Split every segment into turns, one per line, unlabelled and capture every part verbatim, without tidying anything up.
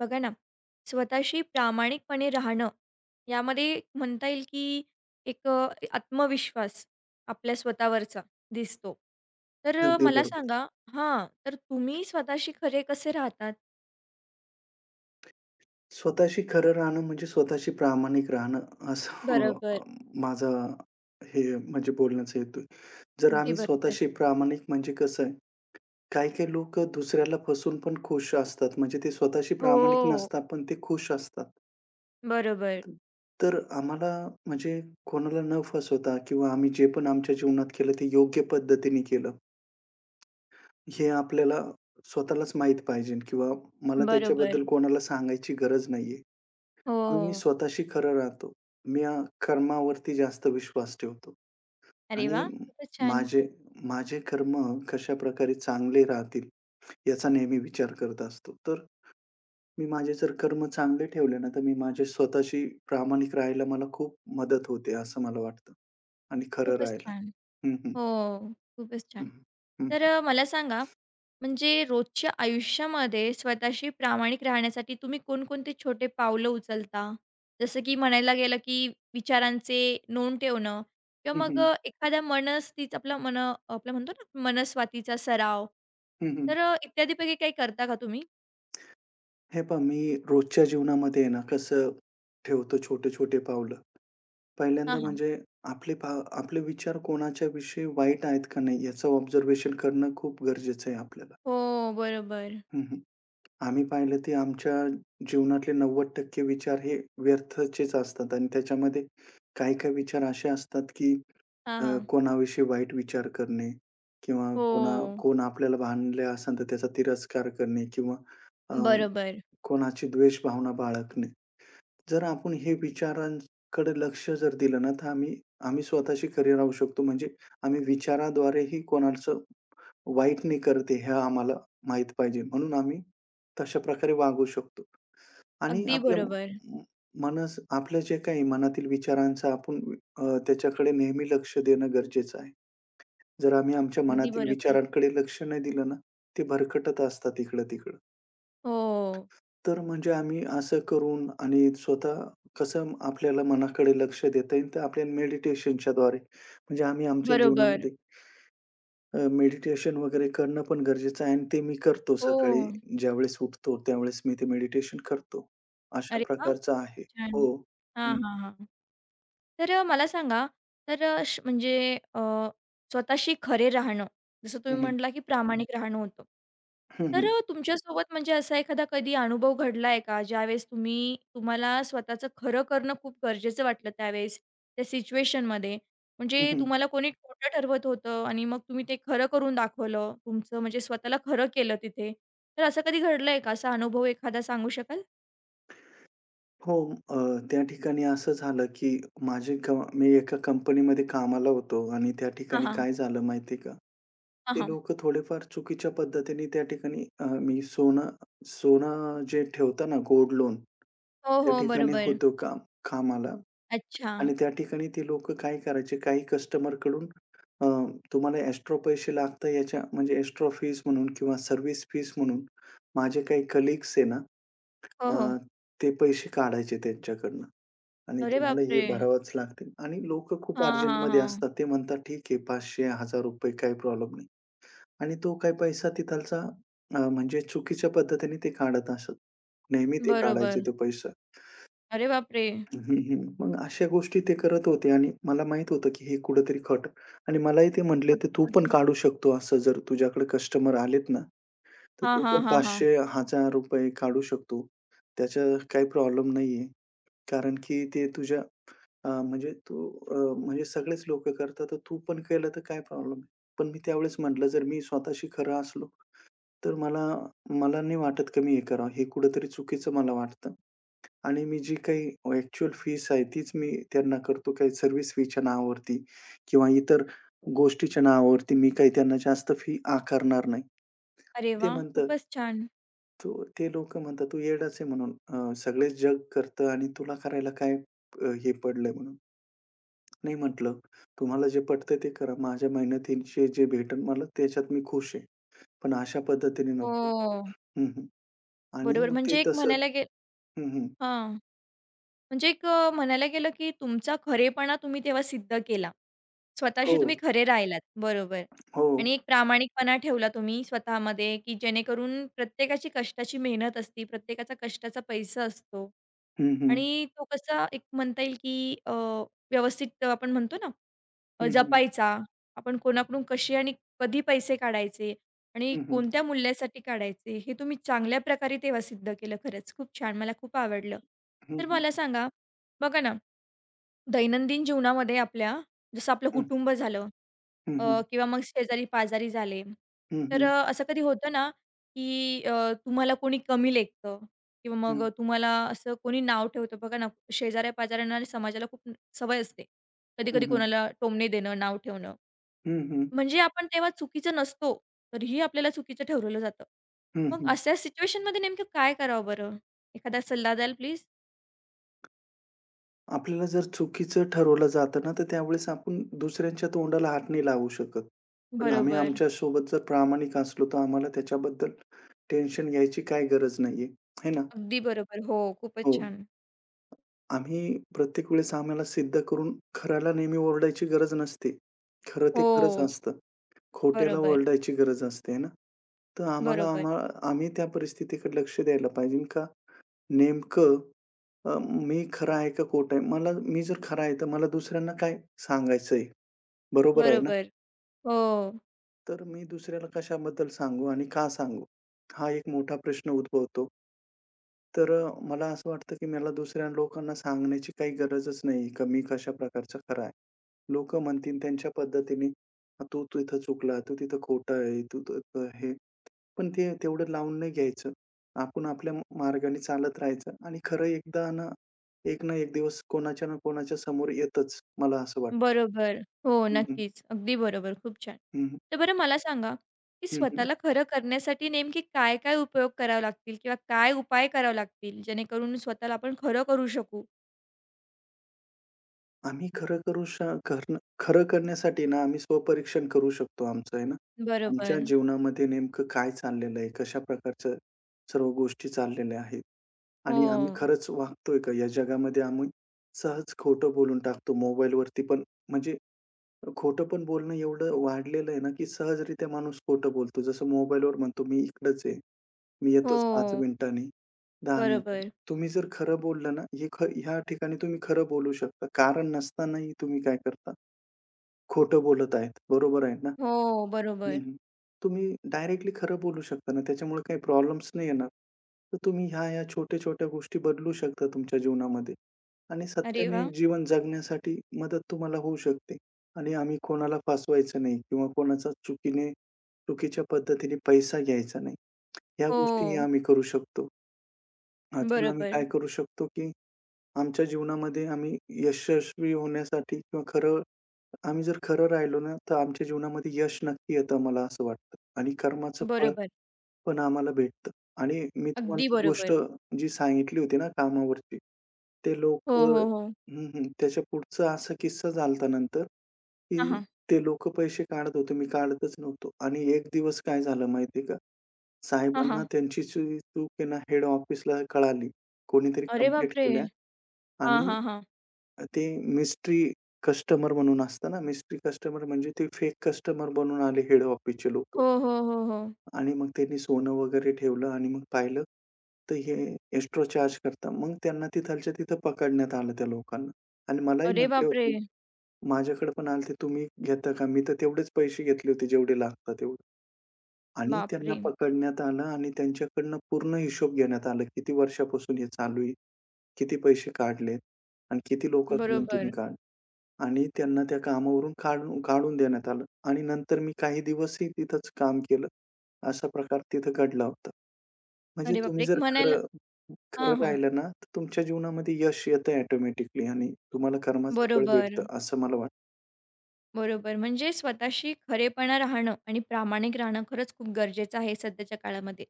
बघा ना, स्वतःशी प्रामाणिकपणे राहणं, यामध्ये म्हणता येईल की एक अ, आत्मविश्वास आपल्या स्वतःवरचा दिसतो. तर अ,
अगदी
मला
बरोबर.
सांगा हां, तर तुम्ही स्वतःशी खरे कसे राहतात?
स्वतःशी खरं राहणं म्हणजे स्वतःशी प्रामाणिक राहणं असं, अ,
बरोबर.
माझा हे म्हणजे बोलण्याचा हेतू आहे. जर
अगदी
आम्ही
बरोबर.
स्वतःशी प्रामाणिक म्हणजे कसं आहे, काही-काही लोकं दुसऱ्याला फसवून पण खुश असतात. म्हणजे ते स्वतःशी
हो.
प्रामाणिक नसतात, पण ते खुश असतात.
बरोबर.
त तर आम्हाला म्हणजे कोणाला न फसवता किंवा आम्ही जे पण आमच्या जीवनात केलं ते योग्य पद्धतीने केलं, हे आपल्याला स्वतःलाच माहीत पाहिजे किंवा मला
बरोबर.
त्याच्याबद्दल कोणाला सांगायची गरज नाहीये.
हो.
आणि मी स्वतःशी खरं राहतो. मी अ, कर्मावरती जास्त विश्वास ठेवतो
अरे
आणि
वाह! खूपच छान.
माझे माझे कर्म कशाप्रकारे चांगले राहतील याचा नेहमी विचार करत असतो. तर मी माझे जर कर्म चांगले ठेवले ना, तर मी माझ्या स्वतःशी प्रामाणिक राहायला मला खूप मदत होते असं मला वाटतं आणि खरं
खूपच
राहायला.
छान.
हं, हं.
हो, खूपच
हं,
छान.
हं.
तर अ, मला सांगा म्हणजे रोजच्या आयुष्यामध्ये स्वतःशी प्रामाणिक राहण्यासाठी तुम्ही कोणकोणते छोटे पावलं उचलता? जसं की म्हणायला गेलं, की विचारांचे नोंद ठेवणं किंवा
हं,
मग
हं.
अ, एखाद्या मनस्थितीचा आपला मन आपलं म्हणतो ना मनस्वातीचा सराव.
हं, हं.
तर अ, इत्यादीपैकी काही करता का तुम्ही?
हे पहा मी रोजच्या जीवनामध्ये आहे ना, कसं ठेवतो छोटे-छोटे पावलं.
हां,
पहिल्यांदा
हां.
म्हणजे आपले भाव आपले विचार कोणाच्याविषयी वाईट आहेत का नाही याचं ऑब्झर्वेशन करणं खूप गरजेचं आहे आपल्याला.
हो, बरोबर.
हं, हं. आम्ही पाहिलं ते आमच्या जीवनातले नव्वद टक्के विचार हे व्यर्थचेच असतात आणि त्याच्यामध्ये काही-काही विचार असे असतात, की
हां,
अ,
हां.
कोणाविषयी वाईट विचार करणे किंवा
हो.
कोणा कोण आपल्याला भांडले असेल तर त्याचा तिरस्कार करणे किंवा अ,
बरोबर.
कोणाची द्वेष भावना बाळगणे. जर आपण हे विचारांकडे लक्ष जर दिलं ना, तर आम्ही आम्ही स्वतःशी खरे राहू शकतो. म्हणजे आम्ही विचाराद्वारेही कोणाचं वाईट नाही करते आहे, हे आम्हाला माहीत पाहिजे. म्हणून आम्ही तशा प्रकारे वागू शकतो. आणि
अगदी
आपल्या
बरोबर.
म मनस आपल्या जे काही मनातील विचारांचा आपण, अ, त्याच्याकडे नेहमी लक्ष देणं गरजेचं आहे. जर आम्ही आमच्या
अगदी
मनातील
बरोबर.
विचारांकडे लक्ष नाही दिलं ना, ते भरकटत असतात इकडं-तिकडं.
हो.
तर म्हणजे आम्ही असं करून आणि स्वतः कसं आपल्याला मनाकडे लक्ष देता येईल, तर आपल्या मेडिटेशनच्या द्वारे. म्हणजे आम्ही आमच्या
बरोबर.
जीवनामध्ये अ, मेडिटेशन वगैरे करणं पण गरजेचं आहे आणि ते मी करतो
हो.
सकाळी ज्यावेळेस उठतो, त्यावेळेस मी ते मेडिटेशन करतो. अशा
अरे वाह!
प्रकारचं आहे.
छान.
हो.
हां,
हं,
हां, हां. तर अ, मला सांगा, तर अ, श म्हणजे अ, स्वतःशी खरे राहणं, जसं
हं,
तुम्ही
हं.
म्हटला, की प्रामाणिक राहणं होतं.
हं,
तर
हं.
अ, तुमच्यासोबत म्हणजे असा एखादा कधी अनुभव घडलाय का, ज्यावेळेस तुम्ही तुम्हाला स्वतःचं खरं करणं खूप गरजेचं वाटलं त्यावेळेस, त्या सिच्युएशनमध्ये? म्हणजे
हं,
तुम्हाला कोणी खोटं ठरवत होतं आणि मग तुम्ही ते खरं करून दाखवलं, तुमचं म्हणजे स्वतःला खरं केलं तिथे. तर असं कधी घडलंय का? असा अनुभव एखादा सांगू शकाल?
हो. अ, त्या ठिकाणी असं झालं, की माझे क मी एका कंपनीमध्ये कामाला होतो आणि त्या
हां,
ठिकाणी
हां.
काय झालं माहिती का?
हां,
ते
हां.
लोकं थोडेफार चुकीच्या पद्धतीने त्या ठिकाणी, अ, मी सोनं सोनं जे ठेवता ना गोल्ड लोन,
हो,
त्या
हो.
ठिकाणी
बरोबर.
होतो काम कामाला
अच्छा.
आणि त्या ठिकाणी ते लोकं काय करायचे, काही कस्टमरकडून अ, तुम्हाला एक्स्ट्रा पैसे लागतात याच्या म्हणजे एक्स्ट्रा फीज म्हणून किंवा सर्व्हिस फीज म्हणून माझे काही कलीग्स आहे ना,
हो,
अ,
हो.
ते पैसे काढायचे त्यांच्याकडनं आणि
अरे
तुम्हाला हे
बापरे!
भरावंच लागतील आणि लोकं खूप
हां, हां,
अर्जंटमध्ये
हां.
असतात. ते म्हणतात, "ठीक आहे ₹पाचशे रुपये, ₹एक हजार रुपये काही प्रॉब्लेम नाही." आणि तो काही पैसा तिथालचा, अ, म्हणजे चुकीच्या पद्धतीने ते काढत असत. नेहमी ते काढायचे
बरोबर.
तो पैसा.
अरे बापरे!
हं, हं. मग अशा गोष्टी ते करत होते आणि मला माहीत होतं, की हे कुठेतरी खट, आणि मलाही ते म्हटले होते, "तू पण
पटकन.
काढू शकतो असं जर तुझ्याकडे कस्टमर आलेत ना, तर
हां,
तू पण
हां, हां, हां.
पाचशे, एक हजार रुपये काढू शकतो. त्याचा काही प्रॉब्लेम नाहीये. कारण की ते तुझ्या अ, म्हणजे तू, अ, म्हणजे सगळेच लोकं करतात, तर तू पण केलं तर काय प्रॉब्लेम आहे?" पण मी त्यावेळेस म्हटलं, "जर मी स्वतःशी खरं असलो, तर मला मला नाही वाटत का मी हे करावं. हे कुठेतरी चुकीचं मला वाटतं आणि मी जी काही ॲक्चुअल फीस आहे तीच मी त्यांना करतो. काही सर्व्हिस फीच्या नावावरती किंवा इतर गोष्टीच्या नावावरती मी काही त्यांना जास्त फी आकारणार नाही."
अरे
ते
वाह!
म्हणतात,
खूपच छान.
"तू ते लोकं म्हणतात, "तू येडाच आहे म्हणून, अ, सगळेच जग करतं आणि तुला करायला काय, अ, हे पडलंय म्हणून." नाही म्हटलं, "तुम्हाला जे पटतं ते करा. माझ्या मेहनतीचे जे भेटेल मला त्याच्यात मी खुश आहे. पण अशा पद्धतीने नको."
हो.
हं, हं. आणि
बरोबर.
मग ते
म्हणजे एक
तसं.
म्हणायला गे
हं, हं.
हां. म्हणजे एक अ, म्हणायला गेलं की तुमचा खरेपणा तुम्ही तेव्हा सिद्ध केला. स्वतःशी
हो,
तुम्ही खरे राहिलात. बरोबर.
हो.
आणि एक प्रामाणिकपणा ठेवला तुम्ही स्वतःमध्ये की जेणेकरून प्रत्येकाची कष्टाची मेहनत असते, प्रत्येकाचा कष्टाचा पैसा असतो.
हं, हं.
आणि तो कसा एक म्हणता येईल, की अ, व्यवस्थित आपण म्हणतो ना, अ,
हं, हं.
जपायचा. आपण कोणाकडून कसे आणि कधी पैसे काढायचे आणि
हं, हं.
कोणत्या मूल्यासाठी काढायचे, हे तुम्ही चांगल्या प्रकारे तेव्हा सिद्ध केलं. खरंच खूप छान. मला खूप आवडलं.
हं,
तर
हं.
मला सांगा, बघा ना, दैनंदिन जीवनामध्ये आपल्या जसं आपलं कुटुंब झालं,
हं, हं,
अ,
हं.
किंवा मग शेजारी-पाजारी झाले.
हं,
तर
हं.
अ, असं कधी होतं ना, की अ, तुम्हाला कोणी कमी लेखतं किंवा
हं,
मग तुम्हाला असं कोणी नाव ठेवतं बघा ना, शेजाऱ्या-पाजाऱ्यांना आणि समाजाला खूप सवय असते.
हं,
कधी-कधी
हं.
कोणाला टोमणे देणं, नाव ठेवणं.
हं, हं.
म्हणजे आपण तेव्हा चुकीचं नसतो, तरीही आपल्याला चुकीचं ठरवलं जातं.
हं,
मग
हं.
अशा सिच्युएशनमध्ये नेमकं काय करावं बरं? एखादा सल्ला द्याल प्लीज?
आपल्याला जर चुकीचं ठरवलं जातं ना, तर त्यावेळेस आपण दुसऱ्यांच्या तोंडाला हात नाही लावू शकत. पण आम्ही
बरोबर.
आमच्यासोबत जर प्रामाणिक असलो, तर आम्हाला त्याच्याबद्दल टेन्शन घ्यायची काही गरज नाहीये, है ना?
अगदी बरोबर. हो, खूपच
हो.
छान.
आम्ही प्रत्येक वेळेस आम्हाला सिद्ध करून खऱ्याला नेहमी ओरडायची गरज नसते. खरं ते खरंच
हो.
असतं. खोट्याला
बरोबर,
ओरडायची गरज असते ना. तर आम्हाला
बरोबर,
आम्हा आम्ही त्या परिस्थितीकडे लक्ष द्यायला पाहिजे का नेमकं, अ, मी खरा आहे का खोटा आहे? मला मी जर खरा आहे, तर मला दुसऱ्यांना काय सांगायचंय? बरोबर आहे ना?
बरोबर. हो.
तर मी दुसऱ्याला कशाबद्दल सांगू आणि का सांगू? हा एक मोठा प्रश्न उद्भवतो. तर अ, मला असं वाटतं, की मला दुसऱ्या लोकांना सांगण्याची काही गरजच नाही, का मी कशा प्रकारचा खरा आहे. लोकं म्हणतील त्यांच्या पद्धतीने, "हा, तू तिथं चुकला, तू तिथं खोटा आहे, तू तर हे," पण ते तेवढं लावून नाही घ्यायचं. आपण आपल्या मार्गाने चालत राहायचं आणि खरं एकदा ना, एक ना एक दिवस कोणाच्या ना कोणाच्या समोर येतच, मला असं वाटतं.
बरोबर. हो,
हं, हं.
नक्कीच. अगदी बरोबर. खूप छान.
हं, हं.
तर बरं मला सांगा, की
हं, हं.
स्वतःला खरं करण्यासाठी नेमकी काय-काय उपयोग करावे लागतील किंवा काय उपाय करावे लागतील, जेणेकरून स्वतःला आपण खरं करू शकू?
आम्ही खरं करू श करणं खरं करण्यासाठी ना आम्ही स्वपरीक्षण करू शकतो आमचं आहे ना. आमच्या
बरोबर.
जीवनामध्ये नेमकं काय चाललेलं आहे, कशा प्रकारच्या सर्व गोष्टी चाललेल्या आहेत
हो.
आणि आम्ही खरंच वागतोय का? या जगामध्ये आम्ही सहज खोटं बोलून टाकतो मोबाईलवरती पण, म्हणजे खोटं पण बोलणं एवढं वाढलेलं आहे ना, की सहजरित्या माणूस खोटं बोलतो. जसं मोबाईलवर म्हणतो, "मी इकडंच आहे. मी
हो.
येतोच पाच मिनिटांनी, दहा मिनिटांनी."
बरोबर.
तुम्ही जर खरं बोललं ना, हे ख ह्या ठिकाणी तुम्ही खरं बोलू शकता. कारण नसतानाही तुम्ही काय करता? खोटं बोलत आहेत. बरोबर आहे ना?
हो,
हं,
बरोबर.
हं. तुम्ही डायरेक्टली खरं बोलू शकता ना, त्याच्यामुळे काही प्रॉब्लेम्स नाही येणार. तर तुम्ही ह्या-ह्या छोट्या-छोट्या गोष्टी बदलू शकता तुमच्या जीवनामध्ये आणि
अरे
सत्याने
वाह!
जीवन जगण्यासाठी मदत तुम्हाला होऊ शकते. आणि आम्ही कोणाला फसवायचं नाही किंवा कोणाचा चुकीने चुकीच्या पद्धतीने पैसा घ्यायचा नाही. ह्या
हो.
गोष्टीही आम्ही करू शकतो. अजून आम्ही
बरोबर.
काय करू शकतो, की आमच्या जीवनामध्ये आम्ही यशस्वी होण्यासाठी, किंवा खरं आम्ही जर खरं राहिलो ना, तर आमच्या जीवनामध्ये यश नक्की येतं मला असं वाटतं आणि कर्माचं फळ
बरोबर.
पण आम्हाला भेटतं. आणि मी तुम्हाला
अगदी
ती गोष्ट
बरोबर.
जी सांगितली होती ना कामावरची, ते लोक
हो,
लोकं
हो, हो.
हं, हं. त्याच्या पुढचा असा किस्सा झाला नंतर,
हां,
की
हां.
ते लोक पैसे काढत होते. मी काढतच नव्हतो आणि एक दिवस काय झालं माहिती का?
हां,
साहेबांना
हां.
त्यांची जी चूक आहे ना हेड ऑफिसला कळाली. कोणीतरी
अरे
कंप्लेंट
बापरे!
केल्या
हां,
आणि
हां, हां.
ते मिस्ट्री कस्टमर म्हणून असतं ना, मिस्ट्री कस्टमर म्हणजे ते फेक कस्टमर बनून आले हेड ऑफिसचे लोकं.
हो, हो, हो, हो.
आणि मग त्यांनी सोनं वगैरे ठेवलं आणि मग पाहिलं, तर हे एक्स्ट्रा चार्ज करता. मग त्यांना तिथालच्या तिथं पकडण्यात आलं त्या लोकांना आणि मलाही
अरे
म्हटले
बापरे!
होते, माझ्याकडे पण आले, "तुम्ही घेता का?" मी तर तेवढेच पैसे घेतले होते जेवढे लागतात तेवढे. आणि त्यांना
बापरे!
पकडण्यात आलं आणि त्यांच्याकडनं पूर्ण हिशोब घेण्यात आला. किती वर्षापासून हे चालू आहे? किती पैसे काढलेत आणि किती लोकांकडून तुम्ही
बरोबर.
काढ, आणि त्यांना त्या कामावरून काढून काढून देण्यात आलं आणि नंतर मी काही दिवसही तिथंच काम केलं. असा प्रकार तिथं घडला होता. म्हणजे
अरे
तुम्ही
बापरे! एक
जर
म्हणायला
खरं खरं
हां, हां.
राहिलं ना, तर तुमच्या जीवनामध्ये यश येतं ऑटोमॅटिकली आणि तुम्हाला कर्माचं फळ
बरोबर,
भेटतं, असं मला वाटतं.
बरोबर. म्हणजे स्वतःशी खरेपणा राहणं आणि प्रामाणिक राहणं खरंच खूप गरजेचं आहे सध्याच्या काळामध्ये.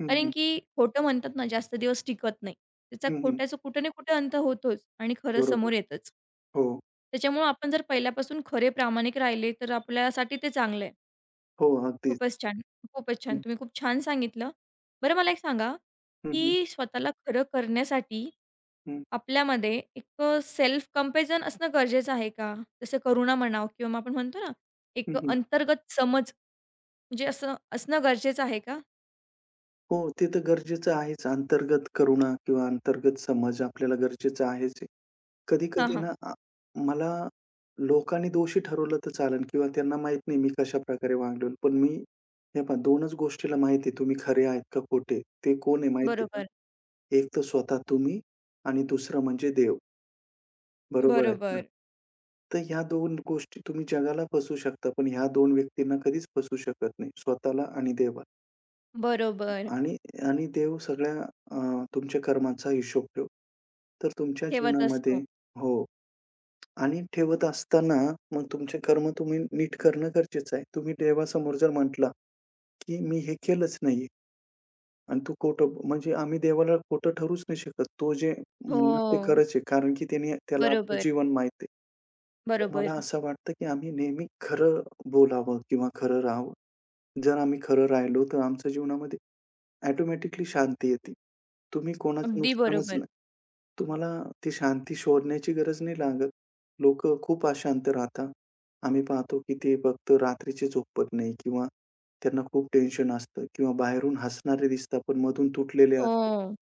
हं,
कारण
हं.
की खोटं म्हणतात ना, जास्त दिवस टिकत नाही. त्याचा
हं, हं.
खोट्याचा कुठे ना कुठे अंत होतोच आणि खरं
बरोबर.
समोर येतच.
हो,
त्याच्यामुळं आपण जर पहिल्यापासून खरे प्रामाणिक राहिले, तर आपल्यासाठी ते चांगलं आहे.
हो. अगदीच.
खूपच छान, खूपच छान.
हं,
तुम्ही खूप छान सांगितलं. बरं मला एक सांगा,
हं, हं.
की स्वतःला खरं करण्यासाठी
हं,
आपल्यामध्ये एक अ, सेल्फ कंपॅरिझन असणं गरजेचं आहे का? जसं करुणा म्हणावं किंवा मग आपण म्हणतो ना,
हं,
एक
हं.
अंतर्गत समज म्हणजे असं असणं गरजेचं आहे का?
हो, ते तर गरजेचं आहेच. अंतर्गत करुणा किंवा अंतर्गत समज आपल्याला गरजेचं आहेच.
हां,
कधी-कधी
हां.
ना, आ मला लोकांनी दोषी ठरवलं तर चालेल किंवा त्यांना माहीत नाही मी कशाप्रकारे वागलो. पण मी, हे पहा दोनच गोष्टीला माहिती आहे तुम्ही खरे आहेत का खोटे. ते कोण आहे माहिती आहे का?
बरोबर,
एक तर स्वतः तुम्ही आणि दुसरं म्हणजे देव. बरोबर आहेत ना?
बरोबर,
तर ह्या दोन गोष्टी तुम्ही जगाला फसवू शकता, पण ह्या दोन व्यक्तींना कधीच फसवू शकत नाही. स्वतःला आणि देवाला.
बरोबर.
आणि आणि देव सगळ्या, अ, तुमच्या कर्माचा हिशोब ठेवतो. तर तुमच्या
ठेवत
जीवनामध्ये,
असतो.
हो. आणि ठेवत असताना मग तुमचे कर्म तुम्ही नीट करणं गरजेचं आहे. तुम्ही देवासमोर जर म्हटला, की "मी हे केलंच नाहीये," आणि तू खोटं म्हणजे आम्ही देवाला खोटं ठरूच नाही शकत. तो जे म्हणणार ते
हो,
खरंच आहे. कारण की त्याने त्याला आपलं
बरोबर,
जीवन माहिती आहे. तर मला
बरोबर.
असं वाटतं, की आम्ही नेहमी खरं बोलावं किंवा खरं राहावं. जर आम्ही खरं राहिलो, तर आमच्या जीवनामध्ये ऑटोमॅटिकली शांती येते. तुम्ही कोणाचं
अगदी
नुकसानच
बरोबर.
नाही. तुम्हाला ती शांती शोधण्याची गरज नाही लागत. लोक खूप अशांत राहतात. आम्ही पाहतो की ते फक्त रात्रीचे झोपत नाही किंवा त्यांना खूप टेन्शन असतं किंवा बाहेरून हसणारे दिसतात, पण मधून तुटलेले असतात.
हो,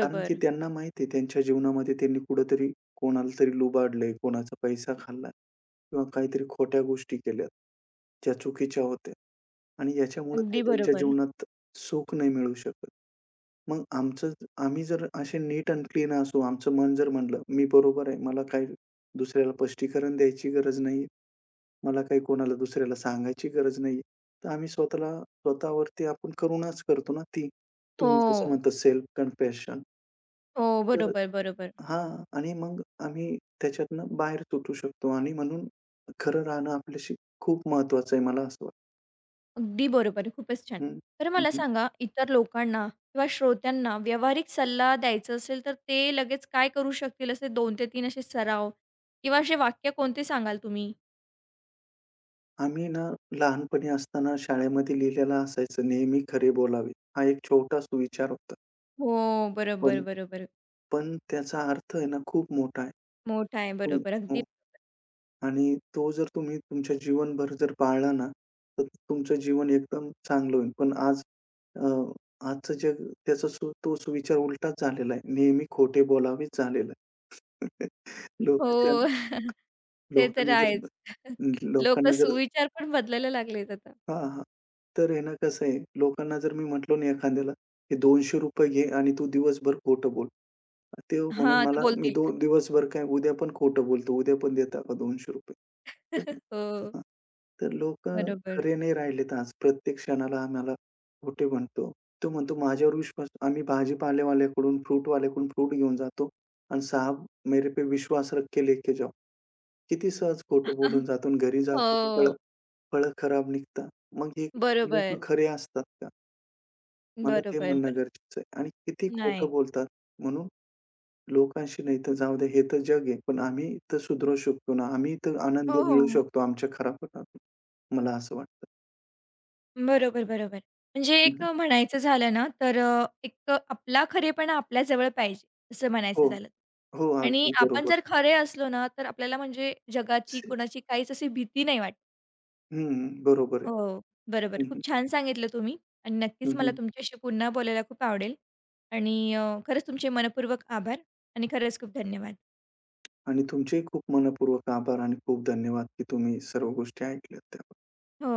कारण की त्यांना माहिती आहे त्यांच्या जीवनामध्ये त्यांनी कुठेतरी कोणाला तरी लुबाडलंय, कोणाचा पैसा खाल्ला किंवा काहीतरी खोट्या गोष्टी केल्यात, ज्या चुकीच्या होत्या आणि याच्यामुळे ते
अगदी
त्यांच्या
बरोबर.
जीवनात सुख नाही मिळू शकत. मग आमचं आम्ही जर असे नीट अँड क्लीन असू, आमचं मन जर म्हणलं, "मी बरोबर आहे. मला काही दुसऱ्याला स्पष्टीकरण द्यायची गरज नाही. मला काही कोणाला दुसऱ्याला सांगायची गरज नाही." तर आम्ही स्वतःला स्वतःवरती आपण करुणाच करतो ना ती.
हो,
तुम्ही जसं म्हणता, सेल्फ कन्फेशन.
हो.
तर
बरोबर, बरोबर.
हां. आणि मग आम्ही त्याच्यातनं बाहेर सुटू शकतो आणि म्हणून खरं राहणं आपल्याशी खूप महत्वाचं आहे मला असं वाटतं.
अगदी बरोबर. खूपच छान.
हं.
तर
हं,
मला
हं.
सांगा इतर लोकांना किंवा श्रोत्यांना व्यावहारिक सल्ला द्यायचा असेल, तर ते लगेच काय करू शकतील असे दोन ते तीन असे सराव किंवा असे वाक्य कोणते सांगाल तुम्ही?
आम्ही ना, लहानपणी असताना शाळेमध्ये लिहिलेलं असायचं, "नेहमी खरे बोलावे." हा एक छोटा सुविचार होता.
हो. बरोबर,
पण
बरोबर.
पण त्याचा अर्थ आहे ना, खूप मोठा आहे.
मोठा आहे.
तुम
बरोबर. अगदी.
हो, आणि तो जर तुम्ही तुमच्या जीवनभर जर पाळला ना, तर तुमचं जीवन एकदम चांगलं होईल. पण आज, अ, आजचं जग त्याचा सु तो सुविचार उलटाच झालेला आहे. नेहमी खोटे बोलावेच झालेला आहे. लोकांच्या
हो. ते तर
लोकांना जर
आहेच. लोकं
लोकांना जर
सुविचार पण बदलायला लागलेत आता.
हां, हां. तर आहे ना कसं आहे, लोकांना जर मी म्हटलो ना एखाद्याला, "हे ₹दोनशे रुपये घे आणि तू दिवसभर खोटं बोल." ते
हां,
म्हणून
आता
मला मी
बोलतील.
दो दिवसभर काय, उद्या पण खोटं बोलतो. उद्या पण देता का ₹दोनशे रुपये? तर
हो.
हां. तर लोकं
बरोबर.
खरे नाही राहिलेत आज. प्रत्येक क्षणाला आम्हाला खोटे म्हणतो. तो म्हणतो माझ्यावर विश्वास, आम्ही भाजीपालेवाल्याकडून, फ्रूटवाल्याकडून फ्रूट घेऊन जातो आणि साहब मेरे पे विश्वास रख के लेके जाओ. किती सहज खोटं बोलून जातो आणि घरी जातो तर फळं
हो.
फळं खराब निघतात. मग हे लोकं
बरोबर.
खरे असतात का? मला ते
बरोबर,
म्हणणं
बरोबर.
गरजेचं आहे आणि किती खोटं
नाही.
बोलतात. म्हणून लोकांशी नाही तर जाऊ द्या, हे तर जग आहे. पण आम्ही तर सुधरू शकतो ना, आम्ही तर
हो,
आनंद मिळू
हो.
शकतो आमच्या खरापणातून. मला असं वाटतं.
बरोबर, बरोबर. म्हणजे एक
हं,
अ, म्हणायचं झालं ना, तर अ, एक अ, आपला खरेपणा आपल्याजवळ पाहिजे, असं
हो,
म्हणायचं झालं.
हो.
आणि
अगदी
आपण
बरोबर.
जर खरे असलो ना, तर आपल्याला म्हणजे जगाची,
से
कोणाची काहीच अशी भीती नाही वाटत.
हं, बरोबर आहे.
हो, बरोबर.
हं,
खूप
हं.
छान सांगितलं तुम्ही आणि नक्कीच मला
हं,
तुमच्याशी पुन्हा बोलायला खूप आवडेल आणि अ, खरंच तुमचे मनःपूर्वक आभार आणि खरंच खूप धन्यवाद.
आणि तुमचेही खूप मनःपूर्वक आभार आणि खूप धन्यवाद की तुम्ही सर्व गोष्टी ऐकल्यात त्याबद्दल.
हो.